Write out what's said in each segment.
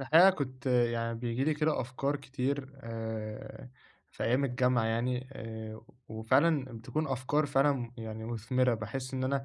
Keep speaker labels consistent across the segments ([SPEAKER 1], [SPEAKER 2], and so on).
[SPEAKER 1] الحقيقة كنت يعني بييجي لي كده أفكار كتير في أيام الجامعة يعني وفعلا بتكون أفكار فعلا يعني مثمرة. بحس إن أنا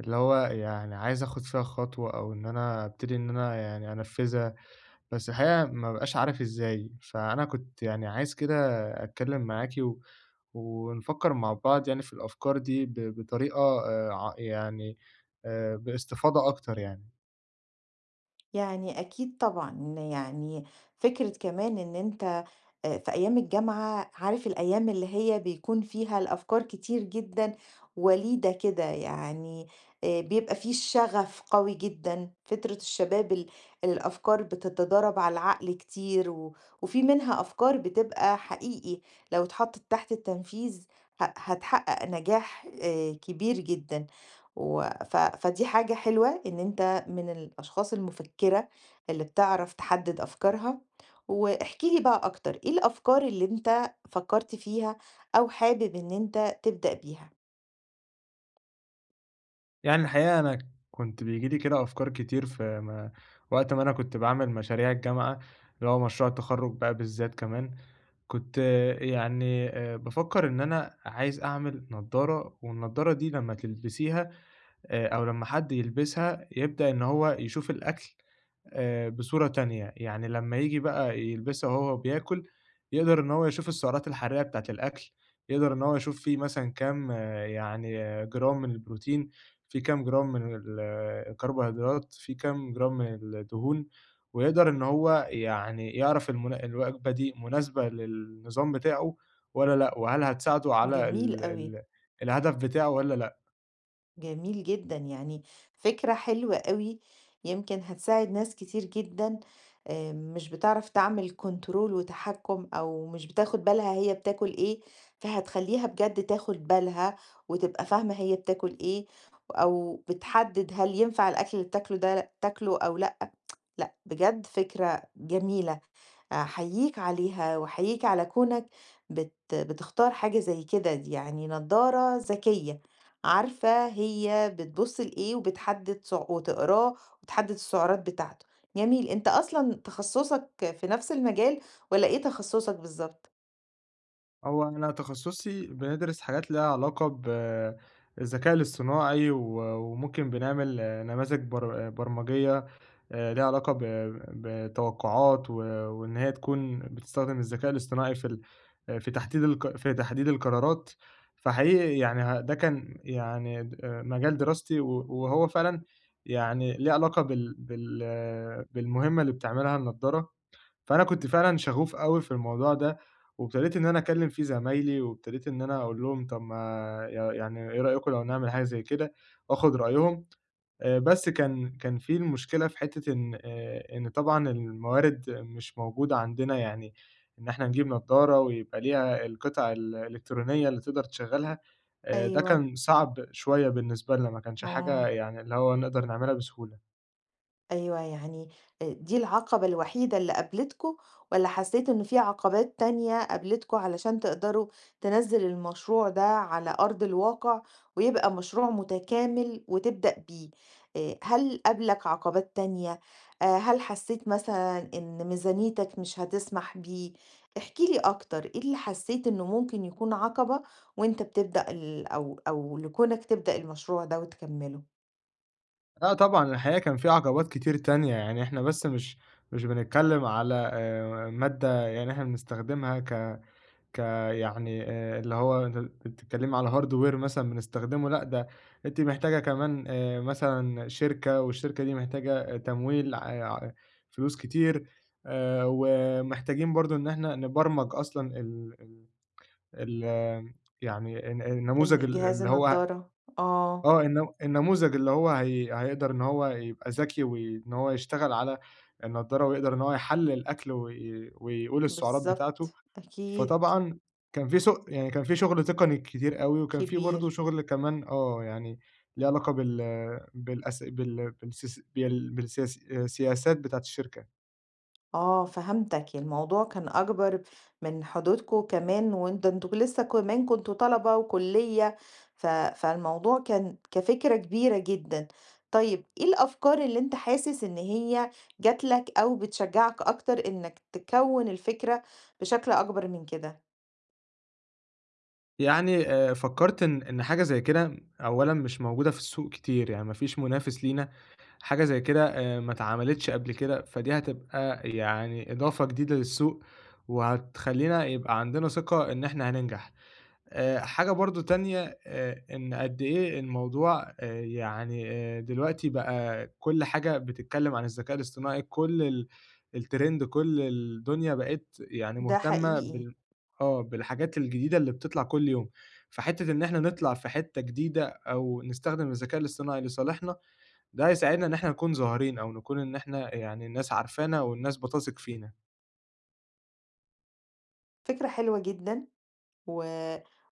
[SPEAKER 1] اللي هو يعني عايز أخد فيها خطوة، أو إن أنا أبتدي إن أنا يعني أنفذها، بس الحقيقة ما بقاش عارف إزاي. فأنا كنت يعني عايز كده أتكلم معاكي و- ونفكر مع بعض يعني في الأفكار دي ب- بطريقة آه، ع- يعني باستفاضة أكتر يعني.
[SPEAKER 2] يعني أكيد طبعًا، يعني فكرة كمان إن أنت في أيام الجامعة. عارف الأيام اللي هي بيكون فيها الأفكار كتير جدًا وليدة كده، يعني بيبقى في الشغف قوي جدًا، فترة الشباب الأفكار بتتضارب على العقل كتير و وفي منها أفكار بتبقى حقيقي لو اتحطت تحت التنفيذ. هتحقق نجاح كبير جدًا، و ف فدي حاجة حلوة إن أنت من الأشخاص المفكرة اللي بتعرف تحدد أفكارها، واحكِ لي بقى أكتر، إيه الأفكار اللي أنت فكرت فيها أو حابب إن أنت تبدأ بيها؟
[SPEAKER 1] يعني الحقيقة أنا كنت بييجي لي كده أفكار كتير في ما وقت ما أنا كنت باعمل مشاريع الجامعة، اللي هو مشروع التخرُّج بقى بالذات كمان. كنت يعني بافكّر إن أنا عايز أعمل نضّارة، والنضّارة دي لمّا تلبسيها أو لمّا حد يلبسها يبدأ إن هو يشوف الأكل بصورة تانية. يعني لمّا ييجي بقى يلبسها وهو بياكل، يقدر إن هو يشوف السعرات الحرارية بتاعة الأكل، يقدر إن هو يشوف فيه مثلًا كام جرام من البروتين، فيه كام جرام من ال آه، الكربوهيدرات، فيه كام جرام من الدهون، ويقدر إن هو يعني يعرف الوجبة دي مناسبة للنظام بتاعه والّا لأ، وهل هتساعده على
[SPEAKER 2] جميل
[SPEAKER 1] ال
[SPEAKER 2] أوي.
[SPEAKER 1] ال الهدف بتاعه والّا لأ.
[SPEAKER 2] جميل جدًا، يعني فكرة حلوة أوي، يمكن هتساعد ناس كتير جدًا مش بتعرف تعمل كنترول وتحكُّم أو مش بتاخد بالها هي بتاكل إيه، فهتخلّيها بجد تاخد بالها وتبقى فاهمة هي بتاكل إيه، أو بتحدد هل ينفع الأكل اللي بتاكله ده تاكله أو لأ. لأ بجد فكرة جميلة. أحييك عليها وأحييك على كونك بتختار حاجة زي كده، دي يعني نضارة ذكية عارفة هي بتبص لإيه وبتحدد وتقراه وتحدد السعرات بتاعته. جميل، انت اصلا تخصصك في نفس المجال، ولا ايه تخصصك بالظبط؟
[SPEAKER 1] هو أنا تخصُّصي بندرس حاجات ليها علاقة بالذكاء الاصطناعي وممكن بنعمل نماذج برمجية ليها علاقة بتوقُّعات وإن هي تكون بتستخدم الذكاء الاصطناعي في تحديد القرارات. فحقيقي يعني ده كان يعني د آه، مجال دراستي وهو فعلًا يعني ليه علاقة بالمهمة اللي بتعملها النضارة. فأنا كنت فعلًا شغوف أوي في الموضوع ده، وابتديت إن أنا أكلّم فيه زمايلي، وابتديت إن أنا أقول لهم طب ما يعني إيه رأيكم لو نعمل حاجة زي كده، وآخد رأيهم. بس كان في المشكلة في حتة إن طبعًا الموارد مش موجودة عندنا. يعني إن إحنا نجيب نضارة ويبقى ليها القطع الإلكترونية اللي تقدر تشغّلها. ده
[SPEAKER 2] ايوه.
[SPEAKER 1] كان صعب شوية بالنسبة لنا، ما كانش حاجة
[SPEAKER 2] اه.
[SPEAKER 1] يعني اللي هو نقدر نعملها بسهولة.
[SPEAKER 2] أيوه، يعني دي العقبة الوحيدة اللي قابلتكم، والّا حسّيتوا إن في عقبات تانية قابلتكم علشان تقدروا تنزّل المشروع ده على أرض الواقع ويبقى مشروع متكامل وتبدأ بيه؟ هل قابلك عقبات تانية؟ هل حسّيت مثلًا إن ميزانيتك مش هتسمح بيه؟ احكِ لي أكتر، إيه اللي حسّيت إنه ممكن يكون عقبة وأنت بتبدأ ال أو لكونك تبدأ المشروع ده وتكمّله؟
[SPEAKER 1] آه طبعًا، الحقيقة كان في عقبات كتير تانية. يعني إحنا بس مش بنتكلّم على مادة يعني إحنا بنستخدمها ك ك يعني اللي هو أنتِ بتتكلّمي على hardware مثلًا بنستخدمه. لأ ده أنتِ محتاجة كمان مثلًا شركة، والشركة دي محتاجة تمويل، آه، ع فلوس كتير. ومحتاجين برضه إن إحنا نبرمج أصلًا ال ال ال يعني الن النموذج ال
[SPEAKER 2] الجهاز
[SPEAKER 1] اللي هو
[SPEAKER 2] النضارة، آه.
[SPEAKER 1] آه، النم النموذج اللي هو هيقدر إن هو يبقى ذكي وإن هو يشتغل على النضارة، ويقدر إن هو يحلل الأكل وي ويقول السعرات بتاعته.
[SPEAKER 2] بالضبط، أكيد.
[SPEAKER 1] فطبعًا كان في س يعني كان في شغل تقني كتير أوي، وكان في برضه
[SPEAKER 2] كبير.
[SPEAKER 1] شغل كمان يعني ليه علاقة بال بالأس بال بالسيس بال بالسياس السياسات بتاعة الشركة.
[SPEAKER 2] آه، فهمتك، الموضوع كان أكبر من حدودكم كمان وأنت، أنتم لسه كمان كنتم طلبة وكُلّية، فالموضوع كان كفكرة كبيرة جدًا. طيب إيه الأفكار اللي أنت حاسس إن هي جات لك أو بتشجّعك أكتر إنك تكوّن الفكرة بشكل أكبر من كده؟
[SPEAKER 1] يعني فكّرت إن حاجة زي كده أولًا مش موجودة في السوق كتير، يعني ما فيش منافس لينا حاجة زي كده ما اتعملتش قبل كده. فدي هتبقى يعني إضافة جديدة للسوق، وهتخلّينا يبقى عندنا ثقة إن إحنا هننجح. حاجة برضه تانية، إن قد إيه الموضوع، دلوقتي بقى كل حاجة بتتكلّم عن الذكاء الاصطناعي، كل الtrend، كل الدنيا بقت يعني
[SPEAKER 2] ده
[SPEAKER 1] مهتمة
[SPEAKER 2] حقيقي.
[SPEAKER 1] بالحاجات الجديدة اللي بتطلع كل يوم. فحتّة إن إحنا نطلع في حتّة جديدة أو نستخدم الذكاء الاصطناعي لصالحنا، ده هيساعدنا إن إحنا نكون ظاهرين، أو نكون إن إحنا يعني الناس عارفانا والناس بتثق فينا.
[SPEAKER 2] فكرة حلوة جدًا و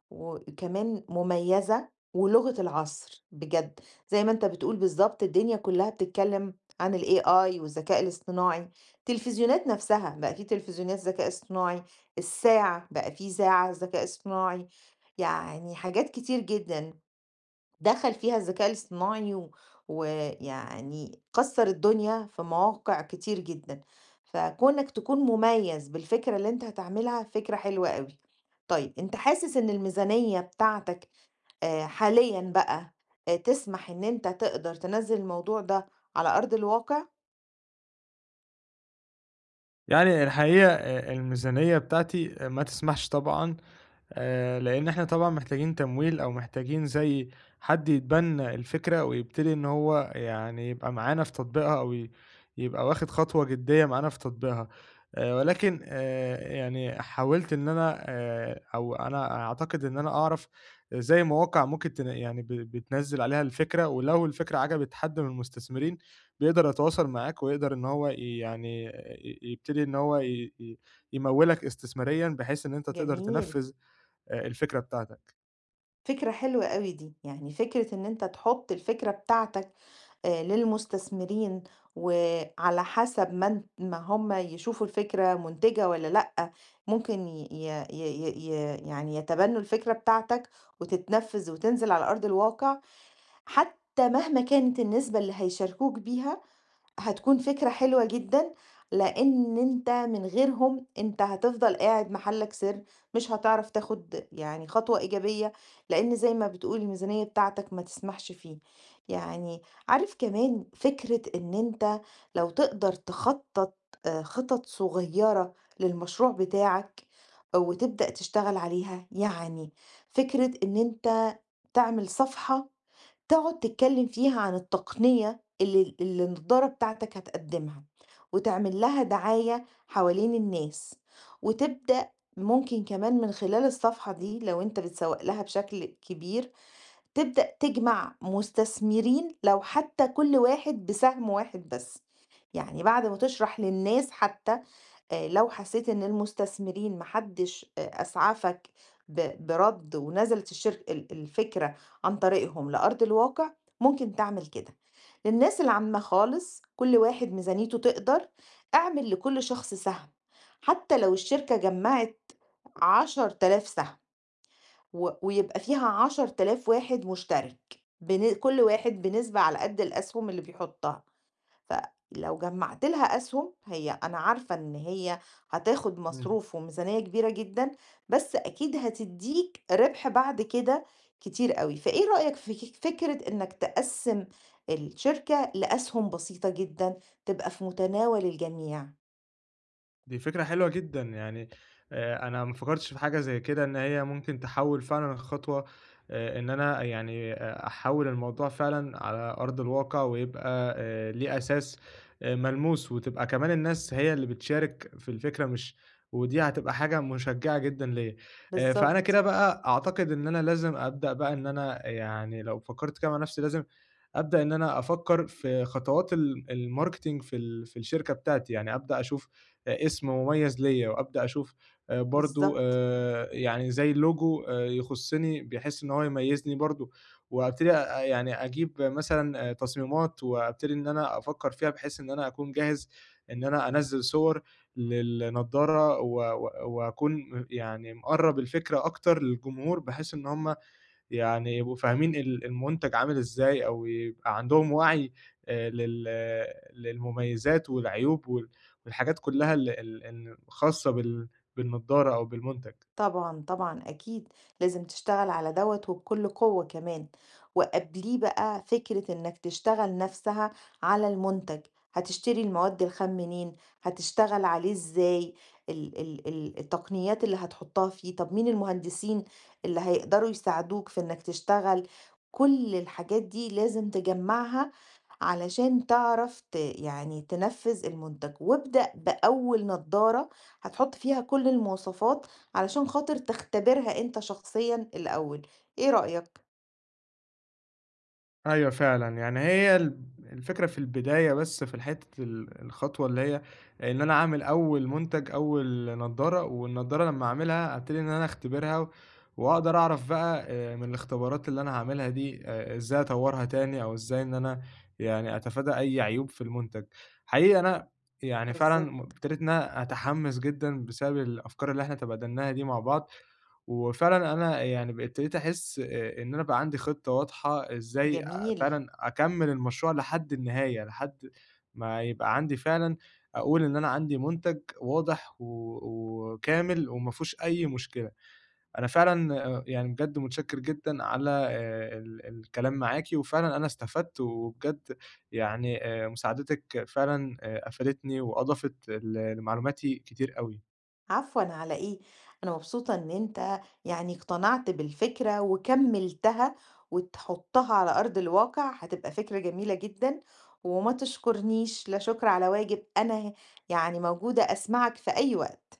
[SPEAKER 2] وكمان مميزة، ولغة العصر بجد، زي ما أنت بتقول بالضبط، الدنيا كلّها بتتكلّم عن الAI والذكاء الاصطناعي، التلفزيونات نَفْسها بقى في تلفزيونات ذكاء اصطناعي، الساعة بقى في ساعة ذكاء اصطناعي، يعني حاجات كتير جدًا دخل فيها الذكاء الاصطناعي و ويعني كسّر الدنيا في مواقع كتير جدًا، فكونك تكون مميز بالفكرة اللي أنت هتعملها فكرة حلوة أوي. طيب أنت حاسس إن الميزانية بتاعتك حاليًا بقى تسمح إن أنت تقدر تنزّل الموضوع ده على أرض الواقع؟
[SPEAKER 1] يعني الحقيقة الميزانية بتاعتي ما تسمحش طبعًا. لان احنا طبعا محتاجين تمويل، او محتاجين زي حد يتبنى الفكرة ويبتدي ان هو يعني يبقى معانا في تطبيقها، او يبقى واخد خطوة جدية معانا في تطبيقها. ولكن يعني حاولت ان انا، او انا اعتقد ان انا اعرف زي مواقع ممكن بتنزل عليها الفكرة، ولو الفكرة عجبت حد من المستثمرين، بيقدر يتواصل معاك ويقدر ان هو يبتدي ان هو يمولك استثماريا، بحيث ان انت تقدر
[SPEAKER 2] جميل.
[SPEAKER 1] تنفذ الفكرة بتاعتك.
[SPEAKER 2] فكرة حلوة أوي دي، يعني فكرة إن أنت تحُط الفكرة بتاعتك للمستثمرين، وعلى حسب ما هم يشوفوا الفكرة منتجة والّا لأ، ممكن ي ي ي ي يعني يتبنّوا الفكرة بتاعتك وتتنفّذ وتنزل على أرض الواقع، حتى مهما كانت النسبة اللي هيشاركوك بيها هتكون فكرة حلوة جدًا، لإن أنت من غيرهم أنت هتفضل قاعد محلك سر، مش هتعرف تاخد يعني خطوة إيجابية، لإن زي ما بتقول الميزانية بتاعتك ما تسمحش فيه. يعني عارف كمان فكرة إن أنت لو تقدر تخطط خطط صغيرة للمشروع بتاعك وتبدأ تشتغل عليها، يعني فكرة إن أنت تعمل صفحة تقعد تتكلم فيها عن التقنية اللي النضارة بتاعتك هتقدمها، وتعمل لها دعاية حوالين الناس، وتبدأ، ممكن كمان من خلال الصفحة دي لو أنت بتسوق لها بشكل كبير، تبدأ تجمع مستثمرين لو حتى كل واحد بسهم واحد بس، يعني بعد ما تشرح للناس، حتى لو حسيت إن المستثمرين ما حدش أسعفك برَد ونزلت الشرك ال الفكرة عن طريقهم لأرض الواقع، ممكن تعمل كده. للناس العامة خالص، كل واحد ميزانيته تقدر، اعمل لكل شخص سهم. حتى لو الشركة جمّعت 10.000 سهم و ويبقى فيها 10.000 واحد مشترك، كل واحد بنسبة على قد الأسهم اللي بيحطها. فلو جمعت لها أسهم، هي أنا عارفة إن هي هتاخد
[SPEAKER 1] إمم.
[SPEAKER 2] مصروف وميزانية كبيرة جدًا، بس أكيد هتدّيك ربح بعد كده كتير أوي، فإيه رأيك في فكرة إنك تقسّم الشركة لأسهم بسيطة جدًا، تبقى في متناول الجميع؟
[SPEAKER 1] دي فكرة حلوة جدًا، يعني أنا ما فكرتش في حاجة زي كده إن هي ممكن تحوّل فعلًا الخطوة، إن أنا يعني أحوّل الموضوع فعلًا على أرض الواقع، ويبقى ليه أساس ملموس، وتبقى كمان الناس هي اللي بتشارك في الفكرة. مش ودي هتبقى حاجة مشجّعة جدًا ليّا. فأنا كده
[SPEAKER 2] بالضبط.
[SPEAKER 1] بقى أعتقد إن أنا لازم أبدأ بقى. إن أنا يعني لو فكرت كده مع نفسي لازم أبدأ إن أنا أفكّر في خطوات الmarketing في الشركة بتاعتي. يعني أبدأ أشوف اسم مميز ليّا، وأبدأ أشوف برضه
[SPEAKER 2] بالضبط.
[SPEAKER 1] يعني زي logo يخُصّني بحيث إن هو يميّزني برضه، وأبتدي يعني أجيب مثلًا تصميمات، وأبتدي إن أنا أفكّر فيها بحيث إن أنا أكون جاهز إن أنا أنزّل صور للنضارة و و وأكون يعني مقرّب الفكرة أكتر للجمهور، بحيث إن هُم يعني يبقوا فاهمين المنتج عامل إزاي، أو يبقى عندهم وعي لل للمميزات والعيوب والحاجات كلّها ال ال الخاصة بالنضارة أو بالمنتج.
[SPEAKER 2] طبعًا، طبعًا أكيد، لازم تشتغل على دوّة وبكل قوة كمان، وقبليه بقى فكرة إنك تشتغل نفسها على المنتج، هتشتري المواد الخام منين، هتشتغل عليه إزاي، ال ال ال التقنيات اللي هتحطها فيه، طب مين المهندسين اللي هيقدروا يساعدوك في إنك تشتغل، كل الحاجات دي لازم تجمّعها علشان تعرف يعني تنفذ المنتج، وابدأ بأول نضارة هتحط فيها كل المواصفات علشان خاطر تختبرها أنت شخصيًا الأول، إيه رأيك؟
[SPEAKER 1] أيوه فعلًا، يعني هي الفكرة في البداية، بس في الحتّة الخطوة اللي هي إن أنا أعمل أول منتج، أول نضارة، والنضارة لمّا أعملها أبتدي إن أنا أختبرها، و- وأقدر أعرف بقى من الاختبارات اللي أنا هاعملها دي إزاي أطوّرها تاني، أو إزاي إن أنا يعني أتفادى أي عيوب في المنتج. حقيقي أنا يعني فعلًا
[SPEAKER 2] بالضبط.
[SPEAKER 1] ابتديت إن أنا أتحمس جدًا بسبب الأفكار اللي إحنا تبادلناها دي مع بعض. وفعلًا أنا يعني ابتديت أحس إن أنا بقى عندي خطة واضحة إزاي
[SPEAKER 2] جميل.
[SPEAKER 1] فعلًا أكمّل المشروع لحد النهاية، لحد ما يبقى عندي فعلًا أقول إن أنا عندي مُنتَج واضح وكامل وما فيهوش أي مشكلة. أنا فعلًا يعني بجد متشكّر جدًا على ال الكلام معاكِ، وفعلًا أنا استفدت وبجد يعني مساعدتِك فعلًا أفادتني وأضافت لمعلوماتي كتير أوي.
[SPEAKER 2] عفوًا على إيه، أنا مبسوطة إن أنت يعني اقتنعت بالفكرة وكمّلتها وتحطها على أرض الواقع، هتبقى فكرة جميلة جدًا، وما تشكرنيش، لا شكر على واجب، أنا يعني موجودة أسمعك في أي وقت.